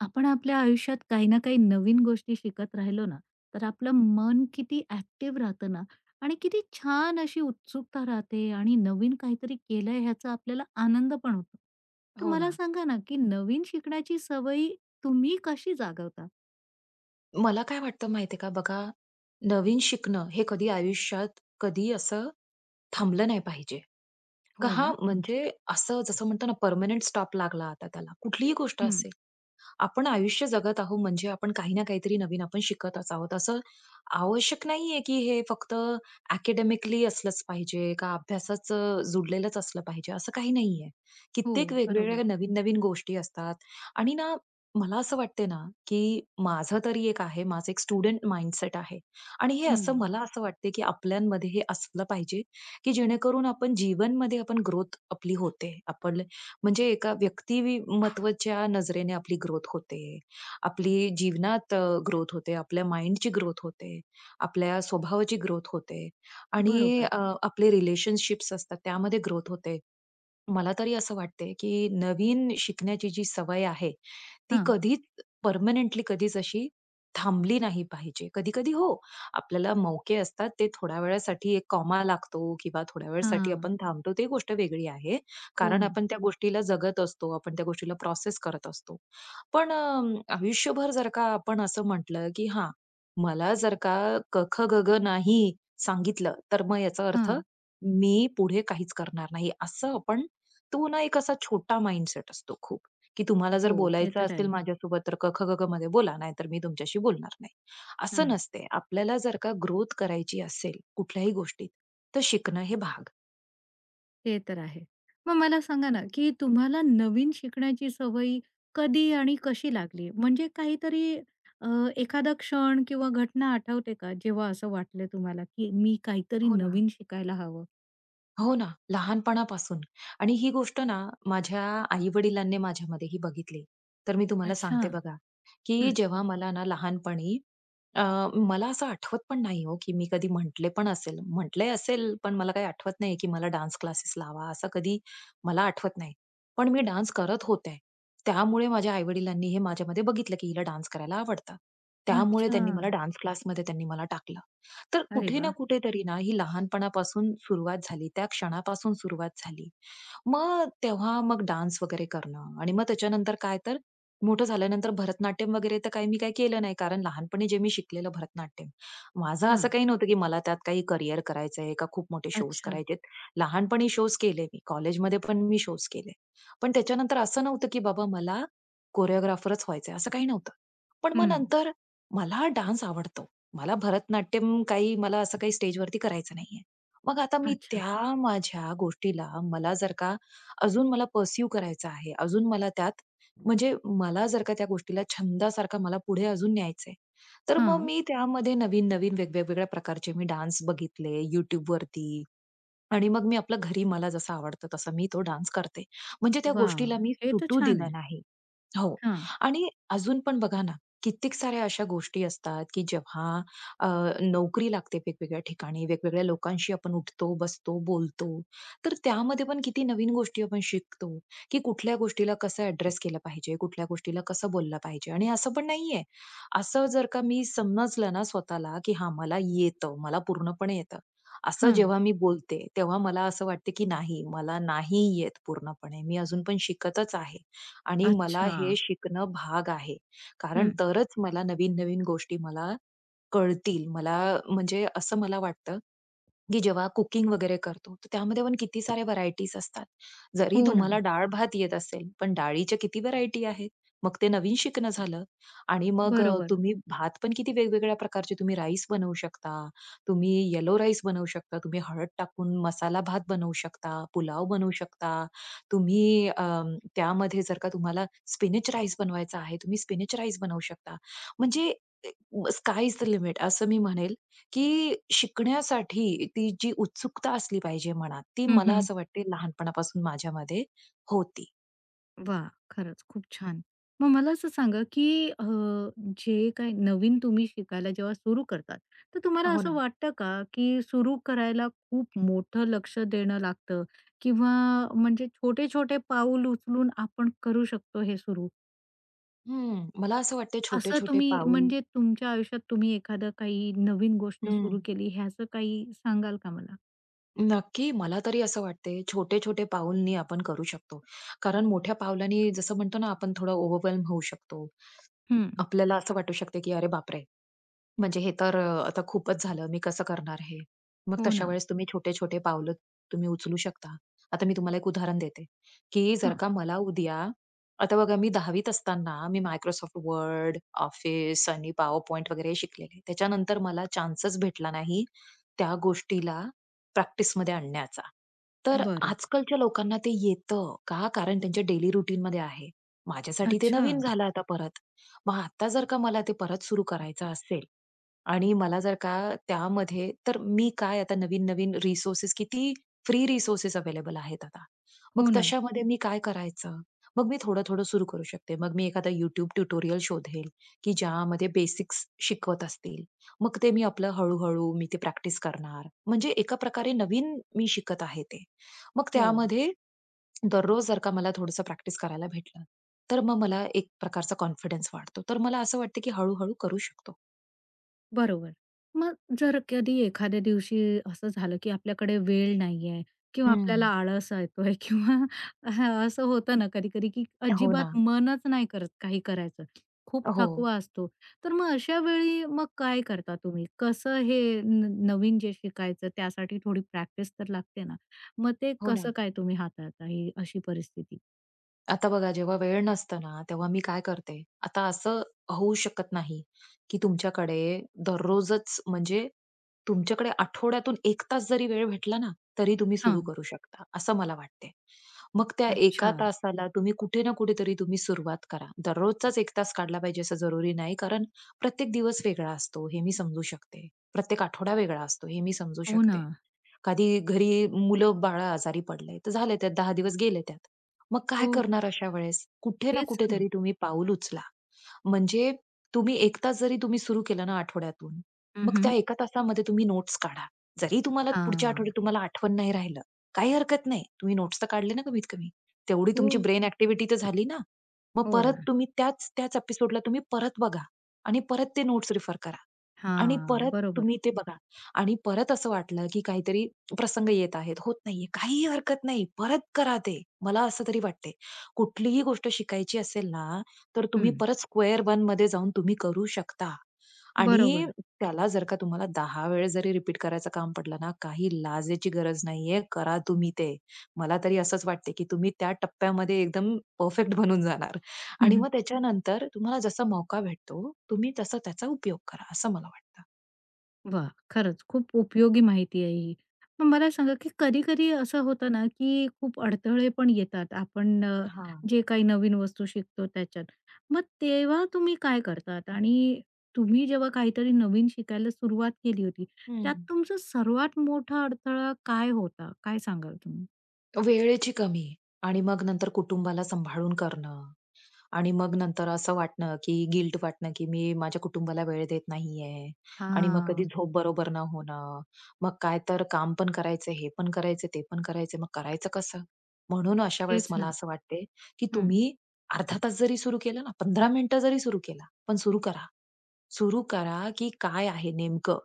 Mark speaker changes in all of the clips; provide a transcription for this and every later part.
Speaker 1: आपण आपल्या आयुष्यात काही ना काही नवीन गोष्टी शिकत राहिलो ना, तर आपलं मन किती ॲक्टिव्ह राहतं ना आणि किती छान अशी उत्सुकता राहते आणि नवीन काहीतरी केलंय ह्याचा आपल्याला आनंद पण होतो. तर
Speaker 2: हो
Speaker 1: मला
Speaker 2: ना.
Speaker 1: सांगा ना, की नवीन शिकण्याची सवयी तुम्ही कशी जागवता?
Speaker 2: मला काय वाटतं माहितीये का बघा, नवीन शिकणं हे कधी आयुष्यात कधी असं थांबलं नाही पाहिजे. का
Speaker 1: हो
Speaker 2: हां,
Speaker 1: ना?
Speaker 2: हं. म्हणजे असं जसं म्हणतो ना, पर्मनंट स्टॉप लागला आता त्याला. कुठलीही गोष्ट
Speaker 1: हं.
Speaker 2: असेल. आपण आयुष्य जगत आहोत म्हणजे आपण काही ना काहीतरी नवीन आपण शिकतच आहोत. असं आवश्यक नाहीये की हे फक्त अकॅडमिकली असलंच पाहिजे का अभ्यासाच जुडलेलंच असलं पाहिजे असं काही नाहीये.
Speaker 1: हो,
Speaker 2: कित्येक
Speaker 1: बरोबर.
Speaker 2: वेगवेगळ्या नवीन-नवीन गोष्टी असतात आणि ना मला असं वाटते ना, की माझं तरी एक आहे, माझं एक स्टुडंट माइंडसेट आहे आणि हे असं
Speaker 1: हं.
Speaker 2: मला असं वाटते की आपल्यांमध्ये हे असलं पाहिजे, की जेणेकरून आपण जीवनमध्ये आपण ग्रोथ आपली होते. आपण म्हणजे एका व्यक्तिमत्त्वाच्या नजरेने आपली ग्रोथ होते. आपली जीवनात ग्रोथ होते. आपल्या माइंडची ग्रोथ होते. आपल्या स्वभावाची ग्रोथ होते आणि
Speaker 1: बरोबर.
Speaker 2: अ, आपले रिलेशनशिप्स असतात त्यामध्ये ग्रोथ होते. मला तरी असं वाटते, की नवीन शिकण्याची जी सवय आहे, ती
Speaker 1: हां.
Speaker 2: कधीच परमनेंटली कधीच अशी थांबली नाही पाहिजे. कधी-कधी हो, आपल्याला मौके असतात ते थोड्या वेळासाठी एक कॉमा लागतो किंवा थोड्या वेळासाठी
Speaker 1: हां.
Speaker 2: आपण थांबतो, ते गोष्ट वेगळी आहे.
Speaker 1: हो
Speaker 2: कारण
Speaker 1: ना.
Speaker 2: आपण त्या गोष्टीला जगत असतो, आपण त्या गोष्टीला प्रोसेस करत असतो. पण आयुष्यभर जर का आपण असं म्हटलं, की हां, मला जर का क, ख, नाही सांगितलं, तर मग याचा अर्थ
Speaker 1: हां.
Speaker 2: मी पुढे काहीच करणार नाही. असं आपण तो ना एक असा छोटा माइंडसेट असतो खूप, की तुम्हाला
Speaker 1: हो,
Speaker 2: जर
Speaker 1: ते
Speaker 2: बोलायचं
Speaker 1: तर
Speaker 2: असेल
Speaker 1: आहे.
Speaker 2: माझ्यासोबत तर क, ख, ग, मध्ये बोला, नाहीतर मी तुमच्याशी बोलणार नाही. असं नसते. आपल्याला जर का ग्रोथ करायची असेल कुठल्याही गोष्टीत, तर शिकणं हे भाग.
Speaker 1: ते तर आहे. मग मला सांगा ना, की तुम्हाला नवीन शिकण्याची सवय कधी आणि कशी लागली? म्हणजे काहीतरी अ, एखादा क्षण किंवा घटना आठवते का, जेव्हा असं वाटलं तुम्हाला, की मी काहीतरी
Speaker 2: हो ना.
Speaker 1: नवीन शिकायला हवं?
Speaker 2: हो ना, लहानपणापासून आणि ही गोष्ट ना माझ्या आई-वडिलांनी माझ्यामध्ये ही बघितली. तर मी तुम्हाला
Speaker 1: अच्छा.
Speaker 2: सांगते बघा, की
Speaker 1: हं.
Speaker 2: जेव्हा मला ना लहानपणी अ, मला असं आठवत पण नाही हो, की मी कधी म्हटले पण असेल. म्हटले असेल, पण मला काही आठवत नाही की मला डान्स क्लासेस लावा, असं कधी मला आठवत नाही. पण मी डान्स करत होते. त्यामुळे माझ्या आई हे माझ्यामध्ये बघितलं, की हिला डान्स करायला आवडतं. त्यामुळे
Speaker 1: अच्छा.
Speaker 2: त्यांनी मला डान्स क्लासमध्ये त्यांनी मला टाकलं. तर
Speaker 1: अरे
Speaker 2: कुठे ना
Speaker 1: वाह!
Speaker 2: कुठेतरी ना ही लहानपणापासून सुरुवात झाली, त्या क्षणापासून सुरुवात झाली. मग तेव्हा मग डान्स वगैरे करणं आणि मग त्याच्यानंतर काय तर मोठं झाल्यानंतर भरतनाट्यम वगैरे तर काही मी काही केलं नाही. कारण लहानपणी जे मी शिकलेलं भरतनाट्यम, माझं असं
Speaker 1: हां.
Speaker 2: काही नव्हतं की मला त्यात काही करियर करायचं आहे का खूप मोठे शोज
Speaker 1: अच्छा.
Speaker 2: करायचे लहानपणी शोज केले मी. कॉलेजमध्ये पण मी शोज केले. पण त्याच्यानंतर असं नव्हतं की बाबा मला कोरिओग्राफरच व्हायचंय, असं काही नव्हतं. पण मग
Speaker 1: हं.
Speaker 2: नंतर मला डान्स आवडतो. मला भरतनाट्यम काही मला असं काही स्टेजवरती करायचं नाहीये. मग आता मी
Speaker 1: अच्छा.
Speaker 2: त्या माझ्या गोष्टीला मला जर का अजून मला पर्स्यू करायचं आहे, अजून मला त्यात म्हणजे मला जर का त्या गोष्टीला छंदासारखा मला पुढे अजून न्यायचंय. तर मग
Speaker 1: हां.
Speaker 2: मी त्यामध्ये नवीन-नवीन वेगवेगळ्या प्रकारचे मी डान्स बघितले YouTubeवरती आणि मग मी आपलं घरी मला जसं आवडतं तसं मी तो डान्स करते. म्हणजे त्या
Speaker 1: वाह!
Speaker 2: गोष्टीला मी
Speaker 1: हे तर
Speaker 2: सुटू
Speaker 1: छान
Speaker 2: दिलं
Speaker 1: आहे.
Speaker 2: नाही. हो.
Speaker 1: हां.
Speaker 2: आणि अजून पण बघा ना, कित्येक साऱ्या अशा गोष्टी असतात, की जेव्हा अ, नोकरी लागते वेगवेगळ्या ठिकाणी, वेगवेगळ्या लोकांशी आपण उठतो, बसतो, बोलतो. तर त्यामध्ये पण किती नवीन गोष्टी आपण शिकतो, की कुठल्या गोष्टीला कसं ॲड्रेस केलं पाहिजे, कुठल्या गोष्टीला कसं बोललं पाहिजे. आणि असं पण नाहीये. असं जर का मी समजलं ना स्वतःला, की हां, मला येतं, मला पूर्णपणे येतं. असं
Speaker 1: हां.
Speaker 2: जेव्हा मी बोलते, तेव्हा मला असं वाटते, की नाही, मला नाही येत पूर्णपणे. मी अजून पण शिकतच आहे. आणि मला
Speaker 1: अच्छा.
Speaker 2: हे शिकणं भाग आहे. कारण
Speaker 1: हं.
Speaker 2: तरच मला नवीन-नवीन गोष्टी मला कळतील. मला म्हणजे असं मला वाटतं, की जेव्हा कुकिंग वगैरे करतो, तर त्यामध्ये पण किती साऱ्या व्हरायटीज असतात. जरी
Speaker 1: हो ना.
Speaker 2: तुम्हाला डाळ-भात येत असेल, पण डाळीच्या किती व्हरायटी आहेत. मग ते नवीन शिकणं झालं आणि मग
Speaker 1: बरोबर.
Speaker 2: तुम्ही भात पण किती वेगवेगळ्या प्रकारचे तुम्ही राईस बनवू शकता. तुम्ही येलो राईस बनवू शकता. तुम्ही हळद टाकून मसाला भात बनवू शकता. पुलाव बनवू शकता. तुम्ही अ, त्यामध्ये जर का तुम्हाला स्पिनच राईस बनवायचा आहे, तुम्ही स्पिनच राईस बनवू शकता. म्हणजे स्काय इज द लिमिट असं मी म्हणेल. की शिकण्यासाठी ती जी उत्सुकता असली पाहिजे मनात, ती
Speaker 1: हं,
Speaker 2: मला
Speaker 1: हं.
Speaker 2: असं वाटते लहानपणापासून माझ्यामध्ये होती.
Speaker 1: वा, खरंच खूप छान. मग मला असं सांगा, की जे काही नवीन तुम्ही शिकायला जेव्हा सुरू करतात, तर तुम्हाला
Speaker 2: हो
Speaker 1: असं
Speaker 2: ना.
Speaker 1: वाटतं का, की सुरू करायला खूप मोठं लक्ष देणं लागतं किंवा म्हणजे छोटे-छोटे पाऊल उचलून आपण करू शकतो हे सुरू?
Speaker 2: हं. मला असं वाटते
Speaker 1: असं
Speaker 2: छोटे-छोटे
Speaker 1: तुम्ही
Speaker 2: पाऊल
Speaker 1: म्हणजे तुमच्या आयुष्यात तुम्ही एखादं काही नवीन गोष्ट
Speaker 2: हं.
Speaker 1: सुरू केली ह्याचं काही सांगाल का मला?
Speaker 2: नक्की. मला तरी असं वाटते छोटे-छोटे पाऊलनी आपण करू शकतो. कारण मोठ्या पावलांनी जसं म्हणतो ना आपण थोडं ओव्हरवेल्म होऊ शकतो.
Speaker 1: हं.
Speaker 2: आपल्याला असं वाटू शकते की "अरे बापरे! म्हणजे हे तर आता खूपच झालं. मी कसं करणार हे? मग
Speaker 1: हो
Speaker 2: तशा
Speaker 1: ना.
Speaker 2: वेळेस तुम्ही छोटे-छोटे पावलं उचलू शकता. आता मी तुम्हाला एक उदाहरण देते, की जर
Speaker 1: हां.
Speaker 2: का मला उद्या आता बघा मी 10वीत असताना मी Microsoft Word, Office आणि PowerPoint वगैरे शिकलेले. त्याच्यानंतर मला चान्सच भेटला नाही त्या गोष्टीला प्रॅक्टिसमध्ये आणण्याचा. तर
Speaker 1: बरं.
Speaker 2: आजकालच्या लोकांना ते येतं का? कारण त्यांच्या डेली रुटीनमध्ये आहे. माझ्यासाठी ते
Speaker 1: अच्छा.
Speaker 2: नवीन झालं आता परत. मग आता जर का मला ते परत सुरू करायचं असेल, आणि मला जर का त्यामध्ये तर मी काय आता नवीन-नवीन रिसोर्सेस किती फ्री रिसोर्सेस अवेलेबल आहेत आता. मग
Speaker 1: हो ना.
Speaker 2: तशामध्ये मी काय करायचं? मग मी थोडं-थोडं सुरू करू शकते. मग मी एखादा YouTube ट्युटोरियल शोधेल, की ज्यामध्ये बेसिक्स शिकवत असतील. मग ते मी आपलं हळू ते प्रॅक्टिस करणार. म्हणजे एका प्रकारे नवीन मी शिकत आहे ते. मग
Speaker 1: हो.
Speaker 2: त्यामध्ये दररोज जर का मला थोडंसं प्रॅक्टिस करायला भेटलं, तर मग मला एक प्रकारचा कॉन्फिडन्स वाढतो. तर मला असं वाटतं, की हळू करू शकतो.
Speaker 1: बरोबर. मग जर कधी एखाद्या दिवशी असं झालं, की आपल्याकडे वेळ नाहीये किंवा आपल्याला
Speaker 2: हं.
Speaker 1: आळस येतोय किंवा हां, असं होतं ना कधी-कधी, की
Speaker 2: हो
Speaker 1: अजिबात
Speaker 2: ना.
Speaker 1: मनच नाही करत काही करायचं. खूप
Speaker 2: हो.
Speaker 1: थकवा असतो. तर मग अशा वेळी मग काय करता तुम्ही? कसं हे न नवीन जे शिकायचं त्यासाठी थोडी प्रॅक्टिस तर लागते ना. मग ते
Speaker 2: हो
Speaker 1: कसं
Speaker 2: ना.
Speaker 1: काय तुम्ही हाताळता ही अशी परिस्थिती?
Speaker 2: आता बघा जेव्हा वेळ नसतं ना, तेव्हा मी काय करते, आता असं होऊ शकत नाही, की तुमच्याकडे दररोजच म्हणजे तुमच्याकडे आठवड्यातून 1 तास जरी वेळ भेटला ना, तरी तुम्ही सुरू
Speaker 1: हां.
Speaker 2: करू शकता, असं मला वाटते. मग त्या 1
Speaker 1: अच्छा.
Speaker 2: तासाला तुम्ही कुठे ना कुठेतरी सुरुवात करा. दररोजचाच 1 तास काढला पाहिजे असं जरुरी नाही, कारण प्रत्येक दिवस वेगळा असतो हे मी समजू शकते. प्रत्येक आठवडा वेगळा असतो हे मी समजू
Speaker 1: हो
Speaker 2: शकते.
Speaker 1: ना.
Speaker 2: कधी घरी मुलं-बाळं आजारी पडले, तर झाले त्यात 10 दिवस गेले त्यात. मग काय
Speaker 1: हो.
Speaker 2: करणार अशा वेळेस? कुठे ना
Speaker 1: तेच ना.
Speaker 2: कुठेतरी तुम्ही पाऊल उचला. म्हणजे तुम्ही 1 तास जरी सुरू केलं ना आठवड्यातून,
Speaker 1: हं,
Speaker 2: मग त्या
Speaker 1: हं.
Speaker 2: 1 तासामध्ये तुम्ही नोट्स काढा. जरी तुम्हाला पुढच्या आठवड्यात तुम्हाला आठवण नाही राहिलं, काही हरकत नाही. तुम्ही नोट्स तर काढले ना कमीत कमी. तेवढी
Speaker 1: हो.
Speaker 2: तुमची ब्रेन ॲक्टिव्हिटी तर झाली ना. मग
Speaker 1: हो
Speaker 2: परत
Speaker 1: ना.
Speaker 2: तुम्ही त्याच त्याच एपिसोडला परत बघा आणि परत ते नोट्स रिफर करा आणि
Speaker 1: हां,
Speaker 2: परत
Speaker 1: बरोबर.
Speaker 2: तुम्ही ते बघा आणि परत असं वाटलं की काहीतरी प्रसंग येत आहेत. होत नाहीये. काही हरकत नाही. परत करा ते. मला असं तरी वाटते. कुठलीही गोष्ट शिकायची असेल ना, तर तुम्ही
Speaker 1: हं,
Speaker 2: परत स्क्वेअर वन मध्ये जाऊन तुम्ही करू शकता. आणि
Speaker 1: बरोबर.
Speaker 2: त्याला जर का तुम्हाला 10 वेळेस जरी रिपीट करायचं काम पडलं ना, काही लाजेची गरज नाहीये. करा तुम्ही ते. मला तरी असंच वाटते, की तुम्ही त्या टप्प्यामध्ये एकदम परफेक्ट बनून जाणार.
Speaker 1: हं,
Speaker 2: आणि
Speaker 1: हं.
Speaker 2: मग त्याच्यानंतर तुम्हाला जसा मौका भेटतो, तुम्ही तसा त्याचा उपयोग करा, असं मला वाटतं.
Speaker 1: वाह! खरंच खूप उपयोगी माहिती आहे ही. मग मला सांगा, की कधी-कधी असं होतं ना, की खूप अडथळे पण येतात. आपण
Speaker 2: हां.
Speaker 1: जे काही नवीन वस्तू शिकतो त्याच्यात. मग तेव्हा तुम्ही काय करतात? आणि तुम्ही जेव्हा काहीतरी नवीन शिकायला सुरुवात केली होती,
Speaker 2: हं.
Speaker 1: त्यात तुमचा सर्वात मोठा अडथळा काय होता? काय सांगाल तुम्ही?
Speaker 2: वेळेची कमी आणि मग नंतर कुटुंबाला सांभाळून करणं आणि मग नंतर असं वाटणं, की गिल्ट वाटणं, की मी माझ्या कुटुंबाला वेळ देत नाहीये आणि मग कधी
Speaker 1: हां,
Speaker 2: झोप बरोबर न होणं. मग काय तर काम पण करायचं, हे पण करायचं, ते पण करायचं. मग करायचं कसं? म्हणून अशा वेळेस
Speaker 1: तेच
Speaker 2: मला
Speaker 1: ना.
Speaker 2: असं वाटते, की
Speaker 1: हं.
Speaker 2: तुम्ही अर्धा तास जरी सुरू केलं ना, 15 मिनिटं जरी सुरू केला, पण सुरू करा. सुरू करा, की काय आहे नेमकं.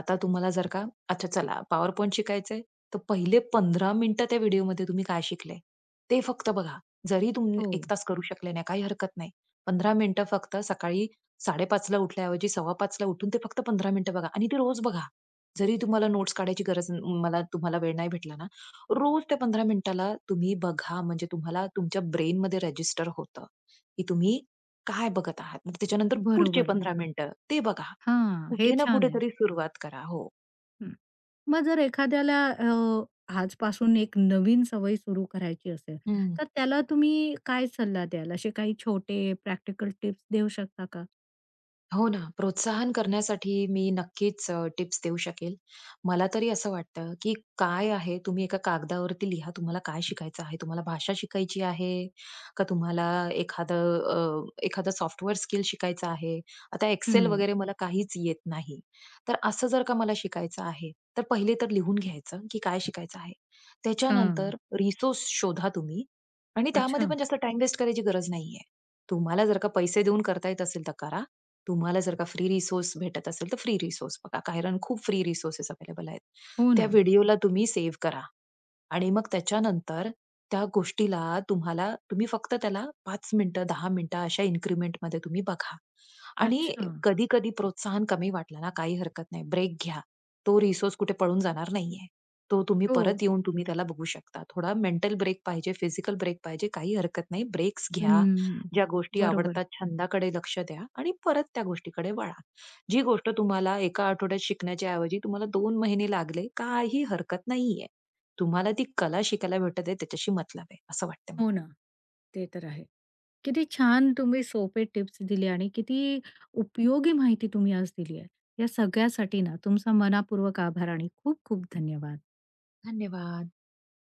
Speaker 2: आता तुम्हाला जर का अच्छा चला PowerPoint शिकायचंय, तर पहिले 15 मिनिटं त्या व्हिडिओमध्ये तुम्ही काय शिकले, ते फक्त बघा. जरी तुम्ही
Speaker 1: हो,
Speaker 2: 1 तास करू शकले नाही, काही हरकत नाही. 15 मिनिटं फक्त सकाळी 5:30 उठल्याऐवजी 5:15 ला उठून ते फक्त 15 मिनिटं बघा आणि ते रोज बघा. जरी तुम्हाला नोट्स काढायची गरज न- मला तुम्हाला वेळ नाही भेटला ना, रोज त्या 15 मिनिटाला तुम्ही बघा. म्हणजे तुम्हाला तुमच्या ब्रेनमध्ये रजिस्टर होतं, की तुम्ही काय बघत आहात? मग त्याच्यानंतर पुढचे
Speaker 1: बरोबर.
Speaker 2: 15 मिनिटं ते बघा.
Speaker 1: हां, हे
Speaker 2: कुठे ना
Speaker 1: छान आहे.
Speaker 2: कुठेतरी सुरुवात करा. हो.
Speaker 1: मग जर एखाद्याला आजपासून एक नवीन सवय सुरू करायची असेल,
Speaker 2: हं.
Speaker 1: तर त्याला तुम्ही काय सल्ला द्याल? असे काही छोटे प्रॅक्टिकल टिप्स देऊ शकता का?
Speaker 2: हो ना, प्रोत्साहन करण्यासाठी मी नक्कीच टिप्स देऊ शकेल. मला तरी असं वाटतं, की काय आहे तुम्ही एका कागदावरती लिहा तुम्हाला काय शिकायचं आहे? तुम्हाला भाषा शिकायची आहे? का तुम्हाला एखादं एखादं सॉफ्टवेअर स्किल शिकायचं आहे? आता Excel
Speaker 1: हं.
Speaker 2: वगैरे मला काहीच येत नाही. तर असं जर का मला शिकायचं आहे, तर पहिले तर लिहून घ्यायचं, की काय शिकायचं आहे. त्याच्यानंतर
Speaker 1: हां.
Speaker 2: रिसोर्स शोधा तुम्ही, आणि त्यामध्ये
Speaker 1: अच्छा.
Speaker 2: पण जास्त टाईम वेस्ट करायची गरज नाहीये. तुम्हाला जर का पैसे देऊन करता येत असेल तर करा. तुम्हाला जर का फ्री रिसोर्स भेटत असेल तर फ्री रिसोर्स बघा. कारण खूप फ्री रिसोर्सेस अवेलेबल आहेत.
Speaker 1: हो
Speaker 2: त्या
Speaker 1: ना.
Speaker 2: व्हिडिओला तुम्ही सेव्ह करा. आणि मग त्याच्यानंतर त्या गोष्टीला तुम्हाला तुम्ही फक्त त्याला 5 मिनिटं, 10 मिनिटं अशा इन्क्रिमेंटमध्ये तुम्ही बघा. आणि
Speaker 1: अच्छा.
Speaker 2: कधी-कधी प्रोत्साहन कमी वाटलं ना, काही हरकत नाही. ब्रेक घ्या. तो रिसोर्स कुठे पळून जाणार नाहीये. तो तुम्ही
Speaker 1: हो.
Speaker 2: परत येऊन तुम्ही त्याला बघू शकता. थोडा मेंटल ब्रेक पाहिजे, फिजिकल ब्रेक पाहिजे, काही हरकत नाही. ब्रेक्स घ्या.
Speaker 1: हं.
Speaker 2: ज्या गोष्टी
Speaker 1: बरोबर.
Speaker 2: आवडतात छंदाकडे लक्ष द्या आणि परत त्या गोष्टीकडे वळा. जी गोष्ट तुम्हाला एका आठवड्यात शिकण्याच्या ऐवजी तुम्हाला 2 महिने लागले, काही हरकत नाहीये. तुम्हाला ती कला शिकायला भेटत आहे त्याच्याशी मतलब आहे, असं वाटतं
Speaker 1: हो
Speaker 2: मला.
Speaker 1: ना. ते तर आहे. किती छान तुम्ही सोपे टिप्स दिले आणि किती उपयोगी माहिती तुम्ही आज दिली आहे. या सगळ्यासाठी ना तुमचा मनापूर्वक आभार आणि खूप खूप धन्यवाद.
Speaker 2: धन्यवाद.